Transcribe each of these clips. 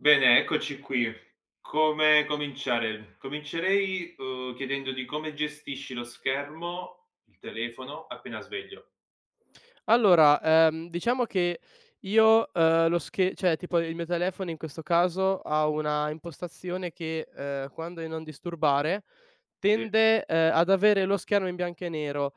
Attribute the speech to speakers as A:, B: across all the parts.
A: Bene, eccoci qui. Come cominciare? Comincerei, chiedendoti come gestisci lo schermo, il telefono, appena sveglio.
B: Allora, diciamo che io, lo sche cioè tipo il mio telefono in questo caso ha una impostazione che, quando in non disturbare
A: Sì.
B: tende, ad avere lo schermo in bianco e nero,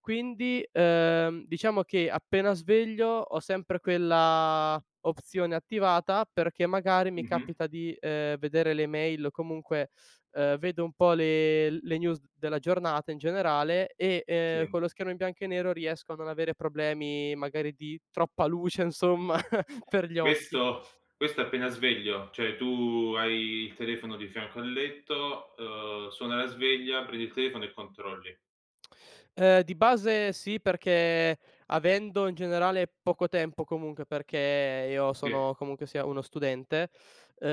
B: quindi, diciamo che appena sveglio ho sempre quella opzione attivata perché magari mi
A: Mh-mh.
B: capita di, vedere le mail o comunque, vedo un po' le news della giornata in generale e,
A: Sì.
B: con lo schermo in bianco e nero riesco a non avere problemi magari di troppa luce insomma per gli occhi.
A: Questo questo appena sveglio, cioè tu hai il telefono di fianco al letto, suona la sveglia, prendi il telefono e controlli.
B: Di base sì, perché avendo in generale poco tempo comunque, perché io
A: Sì.
B: sono comunque sia uno studente,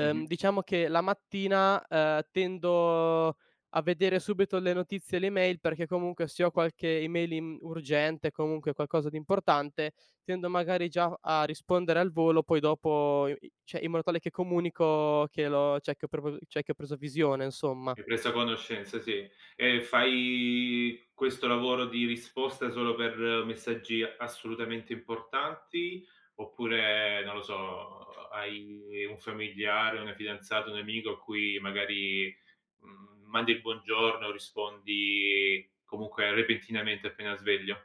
A: Mh-mh.
B: diciamo che la mattina, tendo a vedere subito le notizie e le mail, perché comunque se ho qualche email im urgente, comunque qualcosa di importante, tendo magari già a rispondere al volo, poi dopo i i cioè in modo tale che comunico che l'ho cioè che ho proprio cioè che ho preso visione, insomma.
A: Hai preso conoscenza, sì. E fai questo lavoro di risposta solo per messaggi assolutamente importanti oppure, non lo so, hai un familiare, una fidanzata, un amico a cui magari, mandi il buongiorno, rispondi comunque repentinamente appena sveglio?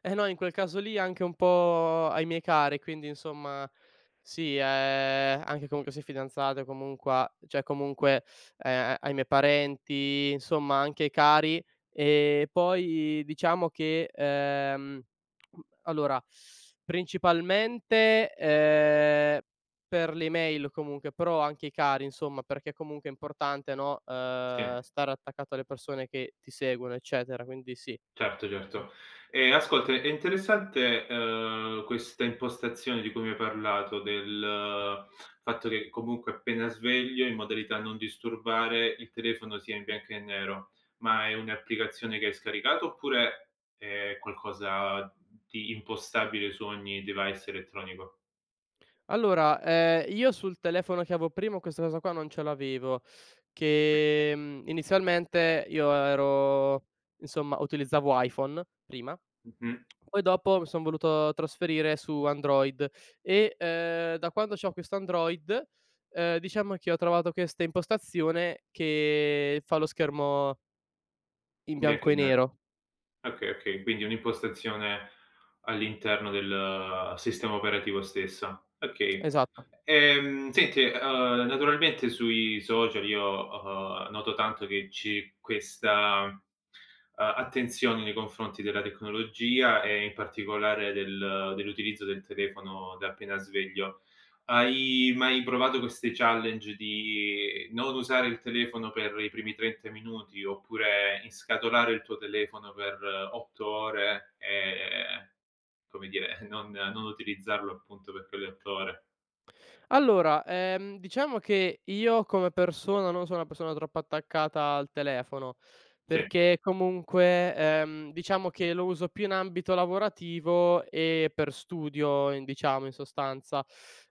B: Eh no, in quel caso lì anche un po' ai miei cari, quindi insomma sì, anche comunque se fidanzata comunque a cioè comunque, ai miei parenti, insomma anche ai cari. E poi diciamo che, allora principalmente, per le email comunque, però anche i cari insomma, perché comunque è importante, no,
A: Sì.
B: stare attaccato alle persone che ti seguono, eccetera, quindi sì.
A: Certo, certo. E ascolta, è interessante, questa impostazione di cui mi hai parlato, del fatto che comunque appena sveglio, in modalità non disturbare, il telefono sia in bianco e nero. Ma è un'applicazione che hai scaricato oppure è qualcosa di impostabile su ogni device elettronico?
B: Allora, io sul telefono che avevo prima questa cosa qua non ce l'avevo, che, inizialmente io ero insomma utilizzavo iPhone prima,
A: Mh-mh.
B: poi dopo mi son voluto trasferire su Android e, da quando c'ho questo Android, diciamo che ho trovato questa impostazione che fa lo schermo in
A: In bianco
B: bianco
A: e
B: e
A: nero.
B: nero.
A: Okay, okay, quindi un'impostazione all'interno del sistema operativo stessa. Okay.
B: Esatto.
A: Senti, naturalmente sui social io, noto tanto che c'è questa, attenzione nei confronti della tecnologia e in particolare dell'utilizzo del telefono da appena sveglio. Hai mai provato queste challenge di non usare il telefono per i primi 30 minuti, oppure inscatolare il tuo telefono per 8 ore e, come dire, non utilizzarlo appunto per quelle 8 ore?
B: Allora, diciamo che io come persona non sono una persona troppo attaccata al telefono,
A: Sì.
B: perché comunque, diciamo che lo uso più in ambito lavorativo e per studio in diciamo, in sostanza.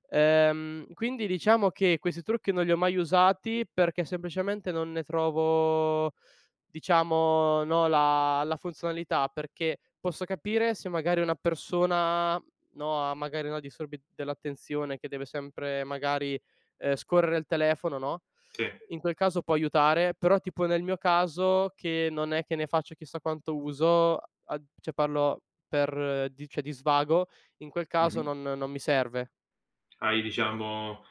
B: Quindi diciamo che questi trucchi non li ho mai usati perché semplicemente non ne trovo, diciamo, no, la funzionalità, perché posso capire se magari una persona no, ha magari, no, disturbi dell'attenzione che deve sempre magari, scorrere il telefono, no,
A: Sì,
B: in quel caso può aiutare, però tipo nel mio caso che non è che ne faccio chissà quanto uso, a cioè parlo per di cioè di svago, in quel caso
A: mh-mh.
B: non mi serve.
A: Hai diciamo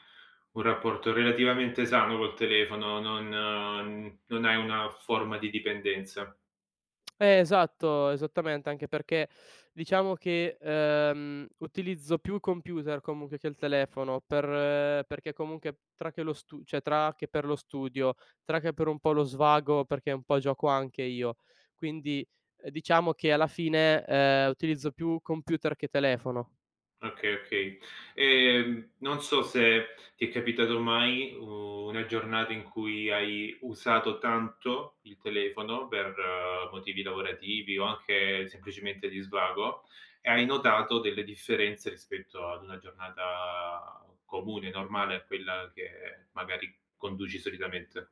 A: un rapporto relativamente sano col telefono, non hai una forma di dipendenza.
B: Esatto, esattamente, anche perché diciamo che, utilizzo più il computer comunque che il telefono per perché comunque tra che lo stu cioè tra che per lo studio, tra che per un po' lo svago, perché un po' gioco anche io. Quindi, diciamo che alla fine, utilizzo più computer che telefono.
A: Okay, okay. Non so se ti è capitato mai una giornata in cui hai usato tanto il telefono per motivi lavorativi o anche semplicemente di svago e hai notato delle differenze rispetto ad una giornata comune, normale, a quella che magari conduci solitamente.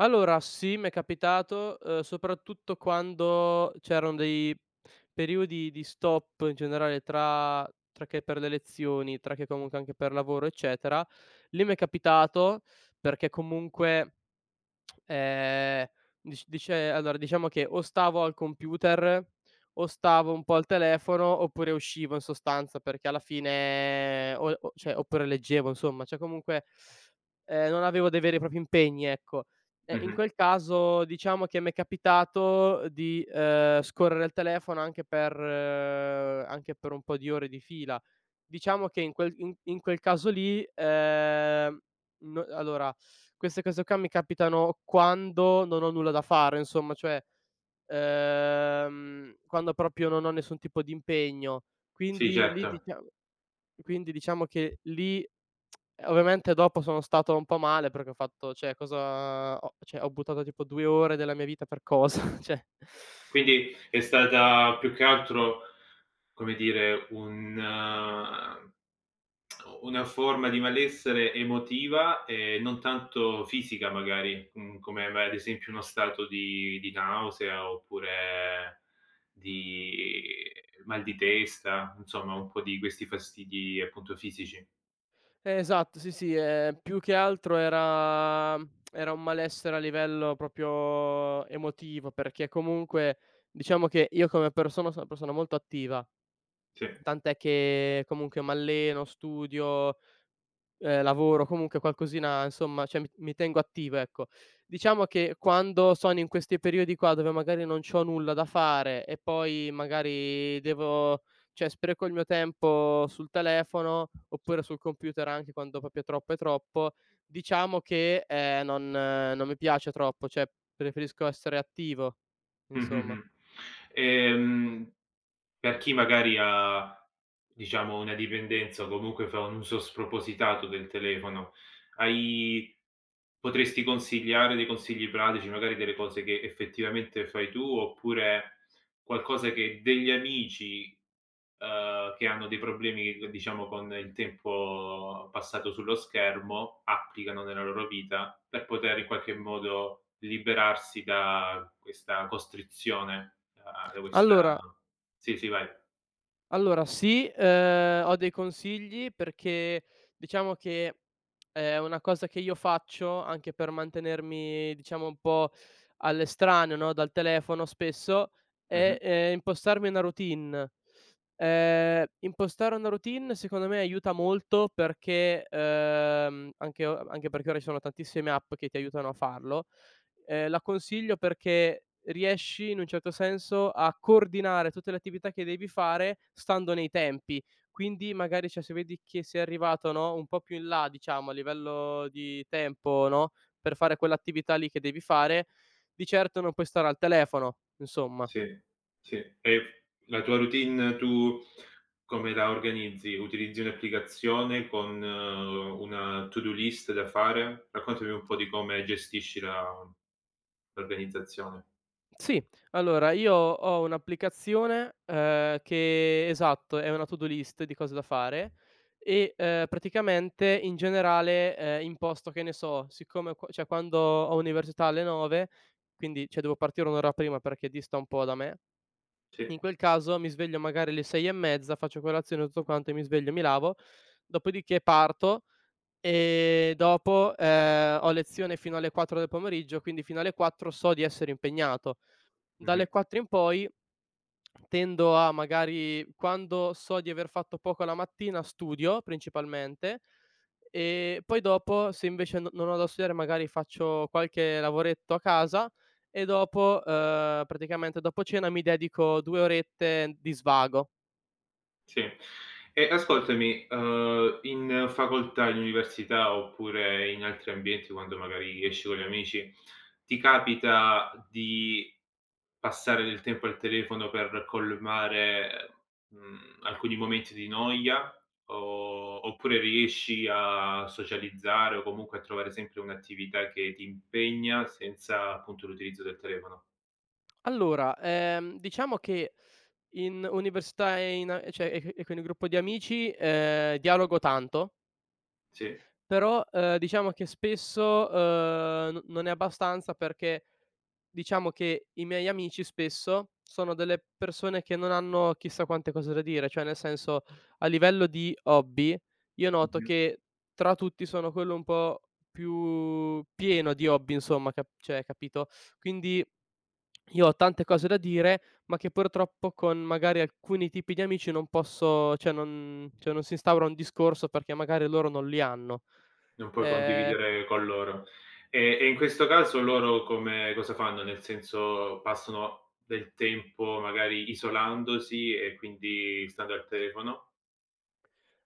B: Allora sì, m'è capitato, soprattutto quando c'erano dei periodi di stop in generale tra che per le lezioni, tra che comunque anche per lavoro, eccetera. Lì m'è capitato perché comunque Ehm, dic dice allora diciamo che o stavo al computer, o stavo un po' al telefono, oppure uscivo in sostanza, perché alla fine o cioè oppure leggevo insomma, cioè comunque, non avevo dei veri e propri impegni, ecco. E in
A: Mh-mh.
B: quel caso diciamo che m'è capitato di, scorrere il telefono anche per un po' di ore di fila. Diciamo che in quel in in quel caso lì, no allora queste cose qua mi capitano quando non ho nulla da fare, insomma, cioè, quando proprio non ho nessun tipo di impegno.
A: Sì,
B: Quindi lì
A: certo.
B: dicia quindi diciamo che lì ovviamente dopo sono stato un po' male perché ho fatto cioè cosa ho cioè ho buttato tipo 2 ore della mia vita per cosa? Cioè.
A: Quindi è stata più che altro, come dire, un eh, una forma di malessere emotiva e non tanto fisica magari, come ma ad esempio uno stato di nausea oppure di mal di testa, insomma un po' di questi fastidi appunto fisici.
B: Esatto, sì, sì, più che altro era un malessere a livello proprio emotivo, perché comunque diciamo che io come persona sono una persona molto attiva,
A: Sì.
B: tant'è che comunque m'alleno, studio, lavoro, comunque qualcosina insomma, cioè mi tengo attivo, ecco. Diciamo che quando sono in questi periodi qua, dove magari non c'ho nulla da fare e poi magari devo cioè spreco il mio tempo sul telefono, oppure sul computer anche quando proprio troppo è troppo, diciamo che, non mi piace troppo, cioè preferisco essere attivo,
A: Mh-mh,
B: insomma.
A: mh. Ehm Per chi magari ha, diciamo, una dipendenza o comunque fa un uso spropositato del telefono, hai potresti consigliare dei consigli pratici, magari delle cose che effettivamente fai tu, oppure qualcosa che degli amici, che hanno dei problemi, diciamo, con il tempo passato sullo schermo, applicano nella loro vita per poter in qualche modo liberarsi da questa costrizione, da questa
B: Allora
A: sì, sì, vai.
B: Allora sì, ho dei consigli perché diciamo che è una cosa che io faccio anche per mantenermi, diciamo, un po' all'estraneo, no, dal telefono spesso, è,
A: Mh-mh.
B: impostarmi una routine. Impostare una routine secondo me aiuta molto perché, anche o anche perché ora ci sono tantissime app che ti aiutano a farlo, la consiglio perché riesci in un certo senso a coordinare tutte le attività che devi fare stando nei tempi. Quindi magari, cioè, se vedi che sei arrivato, no, un po' più in là diciamo a livello di tempo, no, per fare quell'attività lì che devi fare, di certo non puoi stare al telefono, insomma.
A: Sì, sì. E la tua routine tu come la organizzi? Utilizzi un'applicazione con una to-do list da fare? Raccontami un po' di come gestisci la l'organizzazione.
B: Sì, allora io ho un'applicazione, che esatto, è una to-do list di cose da fare e, praticamente in generale, imposto, che ne so, siccome qua cioè quando ho università alle 9, quindi cioè devo partire 1 ora prima perché dista un po' da me,
A: Sì.
B: in quel caso mi sveglio magari alle 6 e mezza, faccio colazione tutto quanto e mi sveglio, mi lavo, dopodiché parto e dopo, ho lezione fino alle 4 del pomeriggio, quindi fino alle 4 so di essere impegnato. Dalle
A: Mh-mh.
B: 4 in poi tendo a magari quando so di aver fatto poco la mattina studio principalmente, e poi dopo se invece no non ho da studiare magari faccio qualche lavoretto a casa e dopo, praticamente dopo cena mi dedico 2 orette di svago.
A: Sì. E ascoltami, in facoltà, in università oppure in altri ambienti, quando magari esci con gli amici, ti capita di passare del tempo al telefono per colmare, alcuni momenti di noia, o oppure riesci a socializzare o comunque a trovare sempre un'attività che ti impegna senza appunto l'utilizzo del telefono.
B: Allora, diciamo che in università e in cioè e con il gruppo di amici, dialogo tanto.
A: Sì.
B: Però, diciamo che spesso, n non è abbastanza perché diciamo che i miei amici spesso sono delle persone che non hanno chissà quante cose da dire, cioè nel senso a livello di hobby io noto
A: Mh-mh.
B: che tra tutti sono quello un po' più pieno di hobby insomma, cap cioè capito? Quindi io ho tante cose da dire, ma che purtroppo con magari alcuni tipi di amici non posso cioè non si instaura un discorso perché magari loro non li hanno.
A: Non puoi
B: Ehm,
A: condividere con loro. E in questo caso loro come cosa fanno? Nel senso, passano del tempo magari isolandosi e quindi stando al telefono?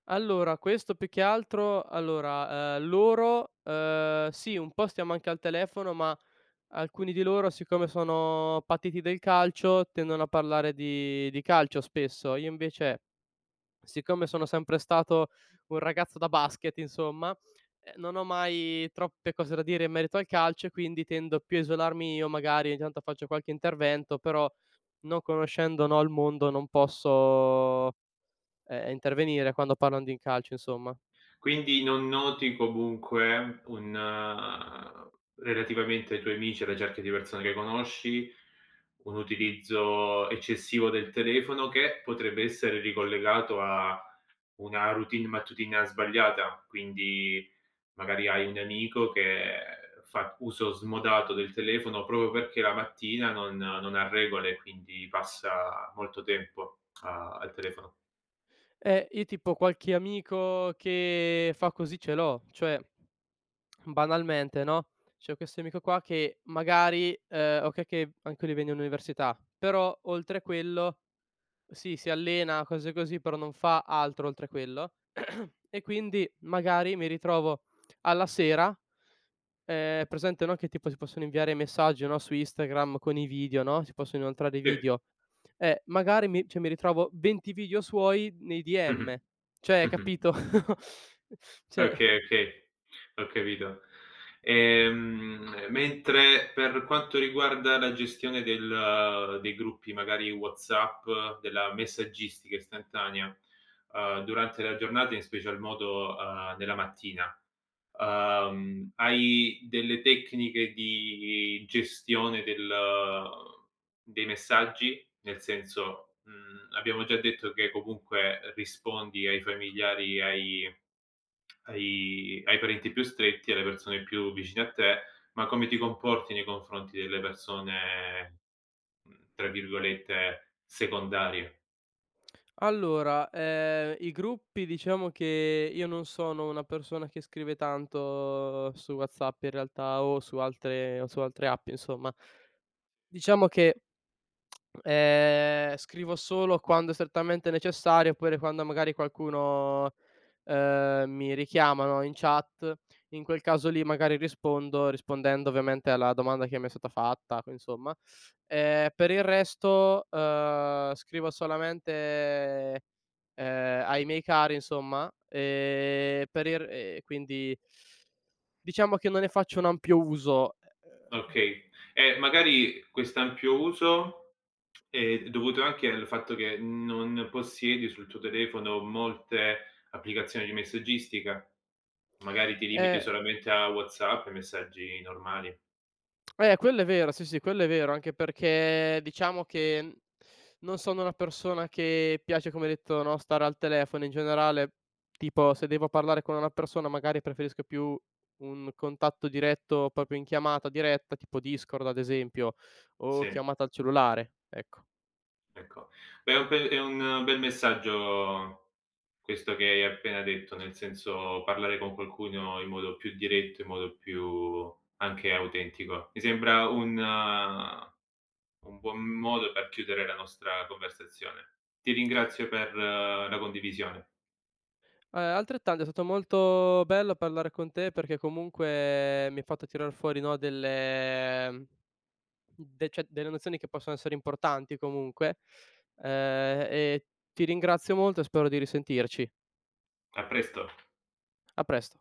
B: allora questo più che altro allora, loro, sì un po' stiamo anche al telefono, ma alcuni di loro siccome sono patiti del calcio tendono a parlare di calcio spesso. Io invece, siccome sono sempre stato un ragazzo da basket, insomma, non ho mai troppe cose da dire in merito al calcio e quindi tendo più a isolarmi io, magari ogni tanto faccio qualche intervento, però non conoscendo, no, il mondo non posso, intervenire quando parlano di calcio, insomma.
A: Quindi non noti comunque un relativamente ai tuoi amici, alle cerchia di persone che conosci, un utilizzo eccessivo del telefono che potrebbe essere ricollegato a una routine mattutina sbagliata, quindi magari hai un amico che fa uso smodato del telefono proprio perché la mattina non ha regole, quindi passa molto tempo a al telefono.
B: Io tipo qualche amico che fa così ce l'ho, cioè banalmente, no, c'ho questo amico qua che magari, okay che anche lui viene all'università, però oltre a quello. Sì, si allena, cose così, però non fa altro oltre quello. E quindi magari mi ritrovo alla sera, presente, no, che tipo si possono inviare messaggi, no, su Instagram con i video, no, si possono inoltrare i
A: Sì.
B: video. Magari mi cioè mi ritrovo 20 video suoi nei
A: Mh-mh.
B: DM. Cioè,
A: Mh-mh.
B: capito? Cioè
A: Okay, okay. Ho capito. Mentre per quanto riguarda la gestione del dei gruppi magari WhatsApp, della messaggistica istantanea, durante la giornata, in special modo, nella mattina, hai delle tecniche di gestione del dei messaggi? Nel senso, abbiamo già detto che comunque rispondi ai familiari e ai parenti più stretti, alle persone più vicine a te, ma come ti comporti nei confronti delle persone, tra virgolette "secondarie".
B: allora, i gruppi diciamo che io non sono una persona che scrive tanto su WhatsApp in realtà o su altre app insomma. Diciamo che, scrivo solo quando è strettamente necessario, oppure quando magari qualcuno, mi richiama, no, in chat. In quel caso lì magari rispondo, rispondendo ovviamente alla domanda che mi è stata fatta, insomma. Per il resto, scrivo solamente, ai miei cari insomma, per il e quindi diciamo che non ne faccio un ampio uso.
A: Okay, e magari quest'ampio uso è dovuto anche al fatto che non possiedi sul tuo telefono molte applicazioni di messaggistica? Magari ti
B: Ehm
A: limiti
B: eh,
A: solamente a WhatsApp e messaggi normali.
B: Quello è vero, sì, sì, quello è vero, anche perché diciamo che, non sono una persona che piace, come hai detto, no, stare al telefono in generale, tipo se devo parlare con una persona magari preferisco più un contatto diretto, proprio in chiamata diretta, tipo Discord ad esempio, o
A: Sì,
B: chiamata al cellulare, ecco.
A: ecco. Beh, è un bel messaggio questo che hai appena detto, nel senso parlare con qualcuno in modo più diretto, in modo più anche autentico. Mi sembra un un buon modo per chiudere la nostra conversazione. Ti ringrazio per la condivisione.
B: Altrettanto è stato molto bello parlare con te perché comunque mi hai fatto tirar fuori, no, delle delle nozioni che possono essere importanti comunque, e ti ringrazio molto e spero di risentirci.
A: A presto.
B: A presto.